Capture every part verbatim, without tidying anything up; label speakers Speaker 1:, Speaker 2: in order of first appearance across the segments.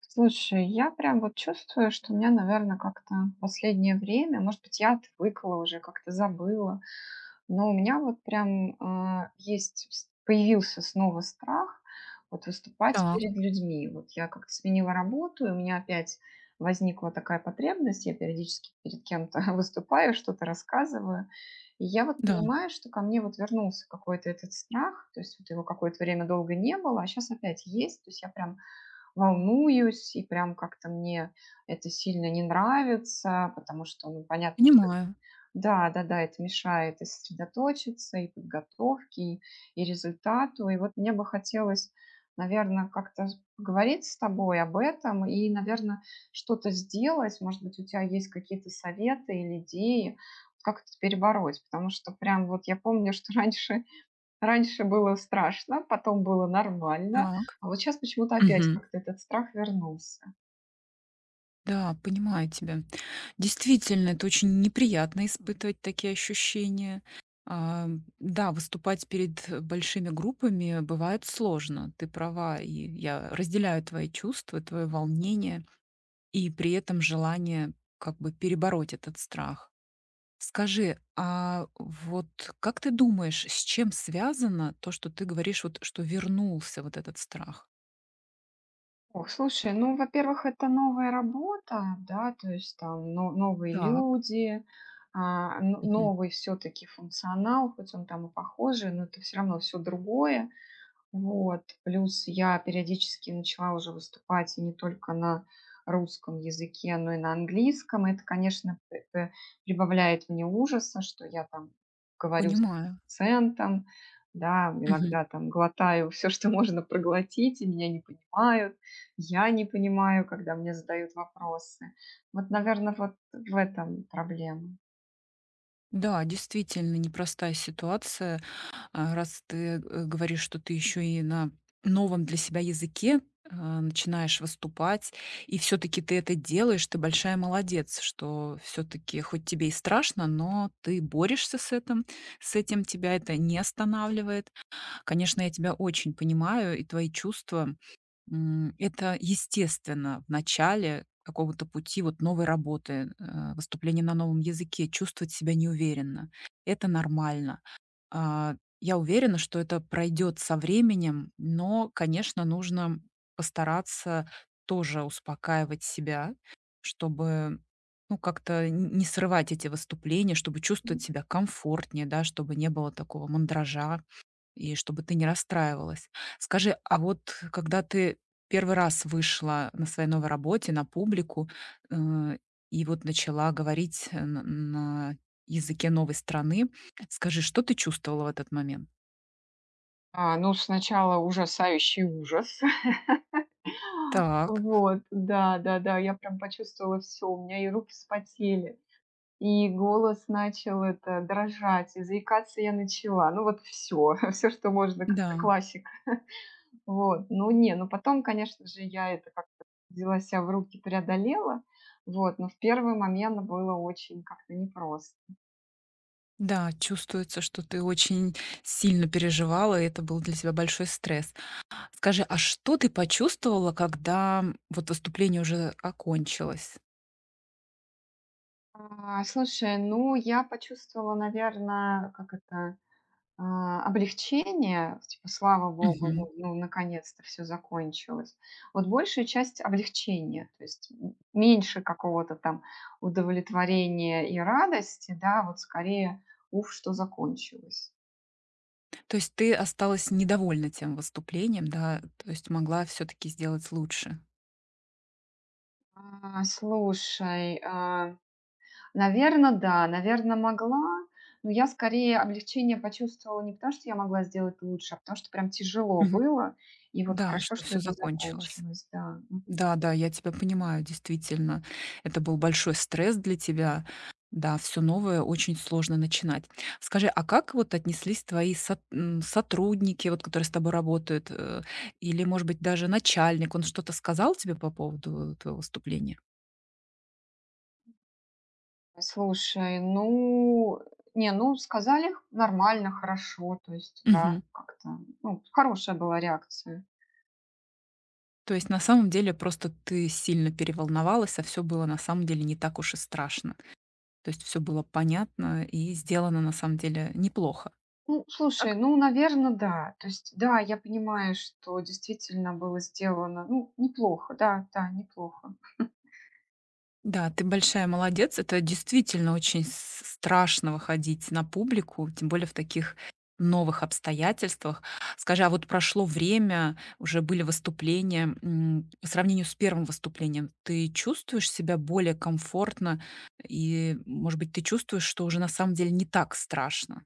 Speaker 1: Слушай, я прям вот чувствую, что у меня, наверное, как-то в последнее время, может быть, я отвыкла уже, как-то забыла, но у меня вот прям а, есть, с- появился снова страх вот выступать
Speaker 2: Так,
Speaker 1: перед людьми. Вот я как-то сменила работу, и у меня опять возникла такая потребность, я периодически перед кем-то выступаю, что-то рассказываю, и я вот
Speaker 2: да,
Speaker 1: понимаю, что ко мне вот вернулся какой-то этот страх, то есть вот его какое-то время долго не было, а сейчас опять есть, то есть я прям волнуюсь, и прям как-то мне это сильно не нравится, потому что, ну, понятно, что
Speaker 2: понимаю.
Speaker 1: да, да, да, это мешает и сосредоточиться, и подготовке, и, и результату. И вот мне бы хотелось, наверное, как-то с- поговорить с тобой об этом и, наверное, что-то сделать. Может быть, у тебя есть какие-то советы или идеи, как это перебороть, потому что прям вот я помню, что раньше Раньше было страшно, потом было нормально,
Speaker 2: Так.
Speaker 1: а вот сейчас почему-то опять
Speaker 2: Мгм.
Speaker 1: как-то этот страх вернулся.
Speaker 2: Да, понимаю тебя. Действительно, это очень неприятно испытывать такие ощущения. А, Да, выступать перед э, большими группами бывает сложно. Ты права, и я разделяю твои чувства, твое волнение и при этом желание как бы перебороть этот страх. Скажи, а вот как ты думаешь, с чем связано то, что ты говоришь, вот, что вернулся вот этот страх?
Speaker 1: Ох, слушай, ну, во-первых, это новая работа, да, то есть там но новые
Speaker 2: Так.
Speaker 1: люди, а, но новый все таки функционал, хоть он там и похожий, но это все равно все другое. Вот. Плюс я периодически начала уже выступать и не только на русском языке, но и на английском. Это, конечно, п- п- прибавляет мне ужаса, что я там говорю с
Speaker 2: Понимаю.
Speaker 1: акцентом, да,
Speaker 2: Мгм.
Speaker 1: иногда там глотаю все, что можно проглотить, и меня не понимают, я не понимаю, когда мне задают вопросы. Вот, наверное, вот в этом проблема.
Speaker 2: Да, действительно непростая ситуация. А, Раз ты э, говоришь, что ты еще и на новом для себя языке а, начинаешь выступать, и все-таки ты это делаешь, ты большая молодец, что все-таки хоть тебе и страшно, но ты борешься с этим, с этим тебя это не останавливает. Конечно, я тебя очень понимаю и твои чувства. М, это естественно в начале какого-то пути вот новой работы, э, выступления на новом языке, чувствовать себя неуверенно. Это нормально. А, я уверена, что это пройдет со временем, но, конечно, нужно постараться тоже успокаивать себя, чтобы, ну, как-то н не срывать эти выступления, чтобы
Speaker 1: М.
Speaker 2: чувствовать себя комфортнее, да, чтобы не было такого мандража и чтобы ты не расстраивалась. Скажи, а вот когда ты первый раз вышла на своей новой работе на публику, э, и вот начала говорить э, н на языке новой страны, скажи, что ты чувствовала в этот момент?
Speaker 1: А, ну, сначала ужасающий ужас.
Speaker 2: Так,
Speaker 1: Вот, да, да-да, я прям почувствовала все, у меня и руки вспотели, и голос начал это дрожать, и заикаться я начала. Ну вот все, все что можно, как
Speaker 2: да.
Speaker 1: классик. Вот. Ну не, ну потом, конечно же, я это как-то взяла себя в руки, преодолела. Вот, но в первый момент было очень как-то непросто.
Speaker 2: Да, чувствуется, что ты очень сильно переживала, и это был для тебя большой стресс. Скажи, а что ты почувствовала, когда вот выступление уже окончилось?
Speaker 1: А, слушай, ну я почувствовала, наверное, как это А, облегчение, типа, слава богу, ну
Speaker 2: Мгм.
Speaker 1: ну, наконец-то все закончилось. Вот большая часть облегчения, то есть м меньше какого-то там удовлетворения и радости, да, вот скорее: "Уф, что закончилось".
Speaker 2: То есть ты осталась недовольна тем выступлением, да? То есть могла все таки сделать лучше.
Speaker 1: А, слушай, наверное, да, наверное, могла, но я скорее облегчение почувствовала не потому, что я могла сделать лучше, а потому что прям тяжело
Speaker 2: Мгм.
Speaker 1: было. И вот
Speaker 2: Да,
Speaker 1: хорошо,
Speaker 2: что
Speaker 1: что
Speaker 2: все
Speaker 1: это
Speaker 2: закончилось.
Speaker 1: закончилось, да.
Speaker 2: Да-да, я тебя понимаю, действительно. Это был большой стресс для тебя. Да, все новое очень сложно начинать. Скажи, а как вот отнеслись твои сот м, сотрудники, вот которые с тобой работают, э, или, может быть, даже начальник? Он что-то сказал тебе по поводу твоего выступления?
Speaker 1: Слушай, ну, не, ну, сказали нормально, хорошо, то есть, да, как-то, ну, хорошая была реакция.
Speaker 2: То есть на самом деле просто ты сильно переволновалась, а все было на самом деле не так уж и страшно. То есть все было понятно и сделано на самом деле неплохо,
Speaker 1: Ну, слушай,
Speaker 2: так?
Speaker 1: ну, наверное, да. То есть, да, я понимаю, что действительно было сделано, ну, неплохо, да, да, неплохо.
Speaker 2: Да, ты большая молодец. Это действительно очень с страшно выходить на публику, тем более в таких новых обстоятельствах. Скажи, а вот прошло время, уже были выступления, м, по сравнению с первым выступлением, ты чувствуешь себя более комфортно? И, может быть, ты чувствуешь, что уже на самом деле не так страшно?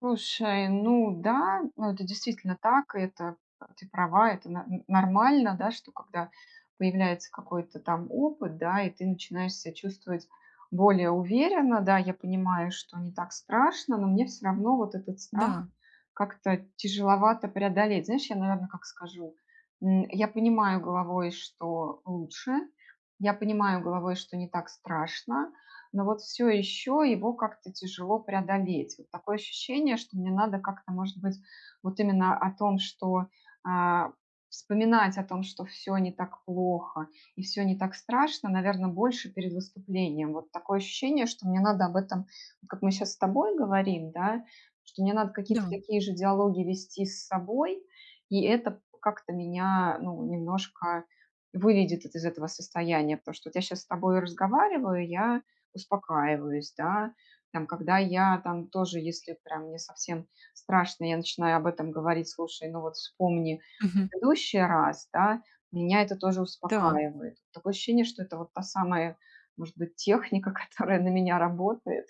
Speaker 1: Слушай, ну да, ну это действительно так, и это ты права, это на- н- нормально, да, что когда появляется какой-то там опыт, да, и ты начинаешь себя чувствовать более уверенно, да, я понимаю, что не так страшно, но мне все равно вот этот
Speaker 2: Да,
Speaker 1: страх как-то тяжеловато преодолеть. Знаешь, я, наверное, как скажу, м, я понимаю головой, что лучше, я понимаю головой, что не так страшно, но вот все еще его как-то тяжело преодолеть. Вот такое ощущение, что мне надо как-то, может быть, вот именно о том, что а, вспоминать о том, что все не так плохо и все не так страшно, наверное, больше перед выступлением. Вот такое ощущение, что мне надо об этом, вот как мы сейчас с тобой говорим, да, что мне надо какие-то
Speaker 2: да,
Speaker 1: такие же диалоги вести с собой, и это как-то меня, ну, немножко выведет из этого состояния, потому что вот я сейчас с тобой разговариваю, я успокаиваюсь, да. Там, когда я там тоже, если прям мне совсем страшно, я начинаю об этом говорить, слушай, ну вот вспомни
Speaker 2: мгм,
Speaker 1: предыдущий раз, да, меня это тоже
Speaker 2: да,
Speaker 1: успокаивает. Такое ощущение, что это вот та самая, может быть, техника, которая на меня работает.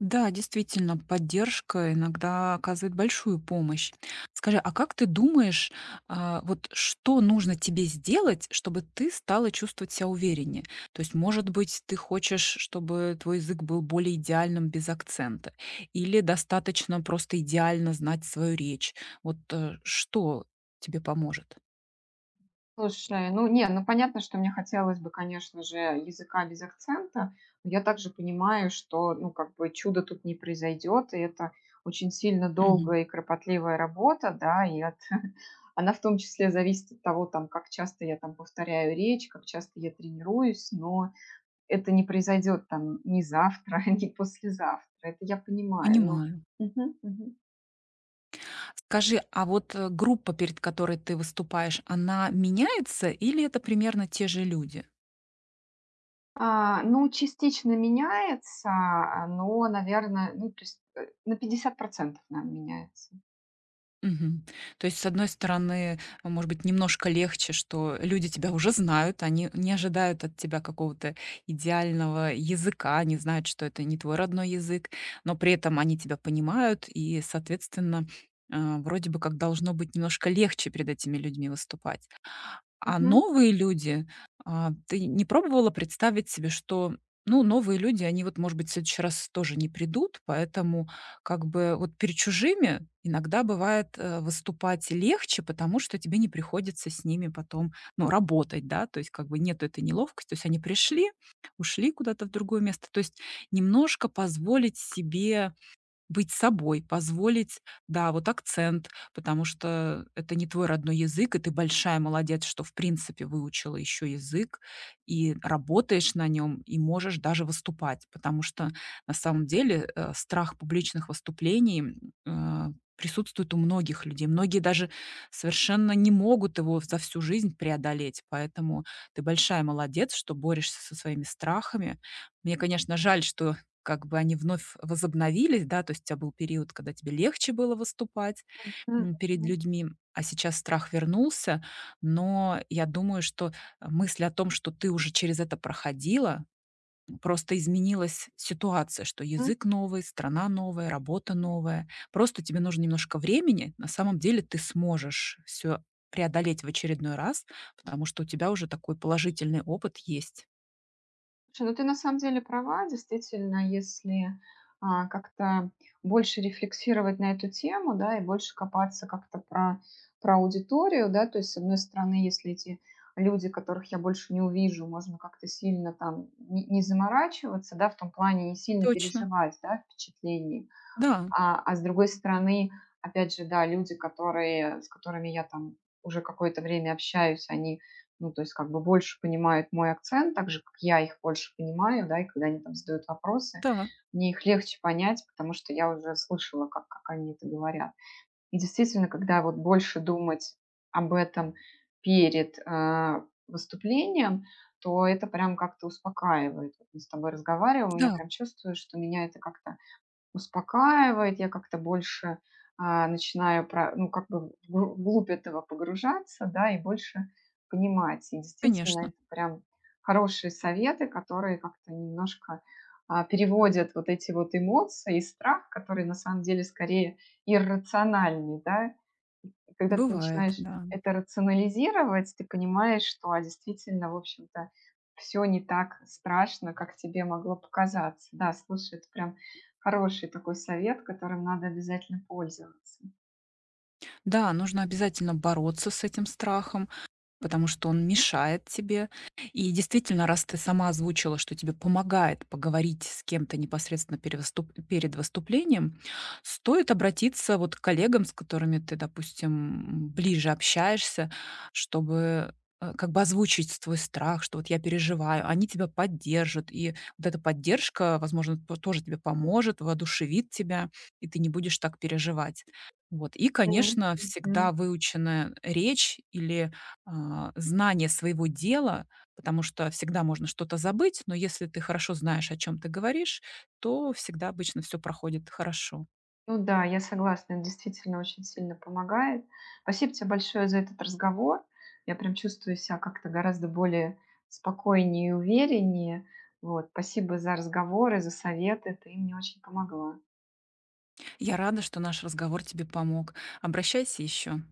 Speaker 2: да, действительно, поддержка иногда оказывает большую помощь. Скажи, а как ты думаешь, а, вот что нужно тебе сделать, чтобы ты стала чувствовать себя увереннее? То есть, может быть, ты хочешь, чтобы твой язык был более идеальным без акцента, или достаточно просто идеально знать свою речь? Вот э, что тебе поможет?
Speaker 1: Слушай, ну не, ну понятно, что мне хотелось бы, конечно же, языка без акцента, но я также понимаю, что, ну, как бы чудо тут не произойдет, и это очень сильно
Speaker 2: Мгм,
Speaker 1: долгая и кропотливая работа, да, и от... она в том числе зависит от того, там, как часто я там повторяю речь, как часто я тренируюсь, но это не произойдет там ни завтра, ни послезавтра, это я понимаю, но...
Speaker 2: понимаю.
Speaker 1: Мгм, мгм.
Speaker 2: Скажи, а вот, э, группа, перед которой ты выступаешь, она меняется или это примерно те же люди?
Speaker 1: А, ну, частично меняется, а, но, наверное, ну, то есть, э, на пятьдесят процентов наверно, меняется.
Speaker 2: Мгм. То есть, с одной стороны, э, может быть, немножко легче, что люди тебя уже знают, они не ожидают от тебя какого-то идеального языка, они знают, что это не твой родной язык, но при этом они тебя понимают и, соответственно, э, вроде бы как должно быть немножко легче перед этими людьми выступать. А
Speaker 1: Мгм,
Speaker 2: новые люди, а, ты не пробовала представить себе, что, ну, новые люди, они вот, может быть, в следующий раз тоже не придут, поэтому как бы вот перед чужими иногда бывает, э, выступать легче, потому что тебе не приходится с ними потом, ну, работать, да, то есть как бы нет этой неловкости. То есть они пришли, ушли куда-то в другое место. То есть немножко позволить себе быть собой, позволить, да, вот акцент, потому что это не твой родной язык, и ты большая молодец, что в принципе выучила еще язык и работаешь на нем, и можешь даже выступать. Потому что на самом деле э, страх публичных выступлений м, э, присутствует у многих людей. Многие даже совершенно не могут его за всю жизнь преодолеть. Поэтому ты большая молодец, что борешься со своими страхами. Мне, конечно, жаль, что как бы они вновь возобновились, да, то есть у тебя был период, когда тебе легче было выступать,
Speaker 1: мгм,
Speaker 2: м, перед
Speaker 1: мгм,
Speaker 2: людьми, а сейчас страх вернулся. Но я думаю, что мысль о том, что ты уже через это проходила, просто изменилась ситуация, что
Speaker 1: мгм.
Speaker 2: язык новый, страна новая, работа новая. Просто тебе нужно немножко времени. На самом деле ты сможешь все преодолеть в очередной раз, потому что у тебя уже такой положительный опыт есть.
Speaker 1: Слушай, ну ты на самом деле права. Действительно, если, а, как-то больше рефлексировать на эту тему, да, и больше копаться как-то про про аудиторию, да, то есть, с одной стороны, если эти люди, которых я больше не увижу, можно как-то сильно там не не заморачиваться, да, в том плане не сильно
Speaker 2: Точно.
Speaker 1: переживать, да, впечатлений.
Speaker 2: Да,
Speaker 1: А, а с другой стороны, опять же, да, люди, которые, с которыми я там уже какое-то время общаюсь, они, ну, то есть как бы больше понимают мой акцент, так же, как я их больше понимаю, да, и когда они там задают вопросы,
Speaker 2: да,
Speaker 1: мне их легче понять, потому что я уже слышала, как, как они это говорят. И действительно, когда вот больше думать об этом перед а, выступлением, то это прям как-то успокаивает. Вот мы с тобой разговариваем, и я
Speaker 2: да,
Speaker 1: прям чувствую, что меня это как-то успокаивает, я как-то больше а, начинаю, про- ну, как бы в вглубь этого погружаться, да, и больше понимать. И действительно,
Speaker 2: конечно.
Speaker 1: это прям хорошие советы, которые как-то немножко а, переводят вот эти вот эмоции и страх, которые на самом деле скорее иррациональный, да. И когда ты
Speaker 2: Бывает,
Speaker 1: начинаешь
Speaker 2: да.
Speaker 1: это рационализировать, ты понимаешь, что а, действительно, в общем-то, все не так страшно, как тебе могло показаться. Да, слушай, это прям хороший такой совет, которым надо обязательно пользоваться.
Speaker 2: Да, нужно обязательно бороться с этим страхом. Потому что он мешает тебе. И действительно, раз ты сама озвучила, что тебе помогает поговорить с кем-то непосредственно перевыступ- перед выступлением, стоит обратиться вот к коллегам, с которыми ты, допустим, ближе общаешься, чтобы э, как бы озвучить твой страх, что вот я переживаю, они тебя поддержат, и вот эта поддержка, возможно, то- тоже тебе поможет, воодушевит тебя, и ты не будешь так переживать. Вот. И,
Speaker 1: Мгм.
Speaker 2: конечно, всегда
Speaker 1: Мгм.
Speaker 2: выученная речь или а, знание своего дела, потому что всегда можно что-то забыть, но если ты хорошо знаешь, о чем ты говоришь, то всегда обычно все проходит хорошо.
Speaker 1: Ну да, я согласна, это действительно очень сильно помогает. Спасибо тебе большое за этот разговор. Я прям чувствую себя как-то гораздо более спокойнее и увереннее. Вот, спасибо за разговоры, за советы. Ты мне очень помогла.
Speaker 2: Я рада, что наш разговор тебе помог. Обращайся еще.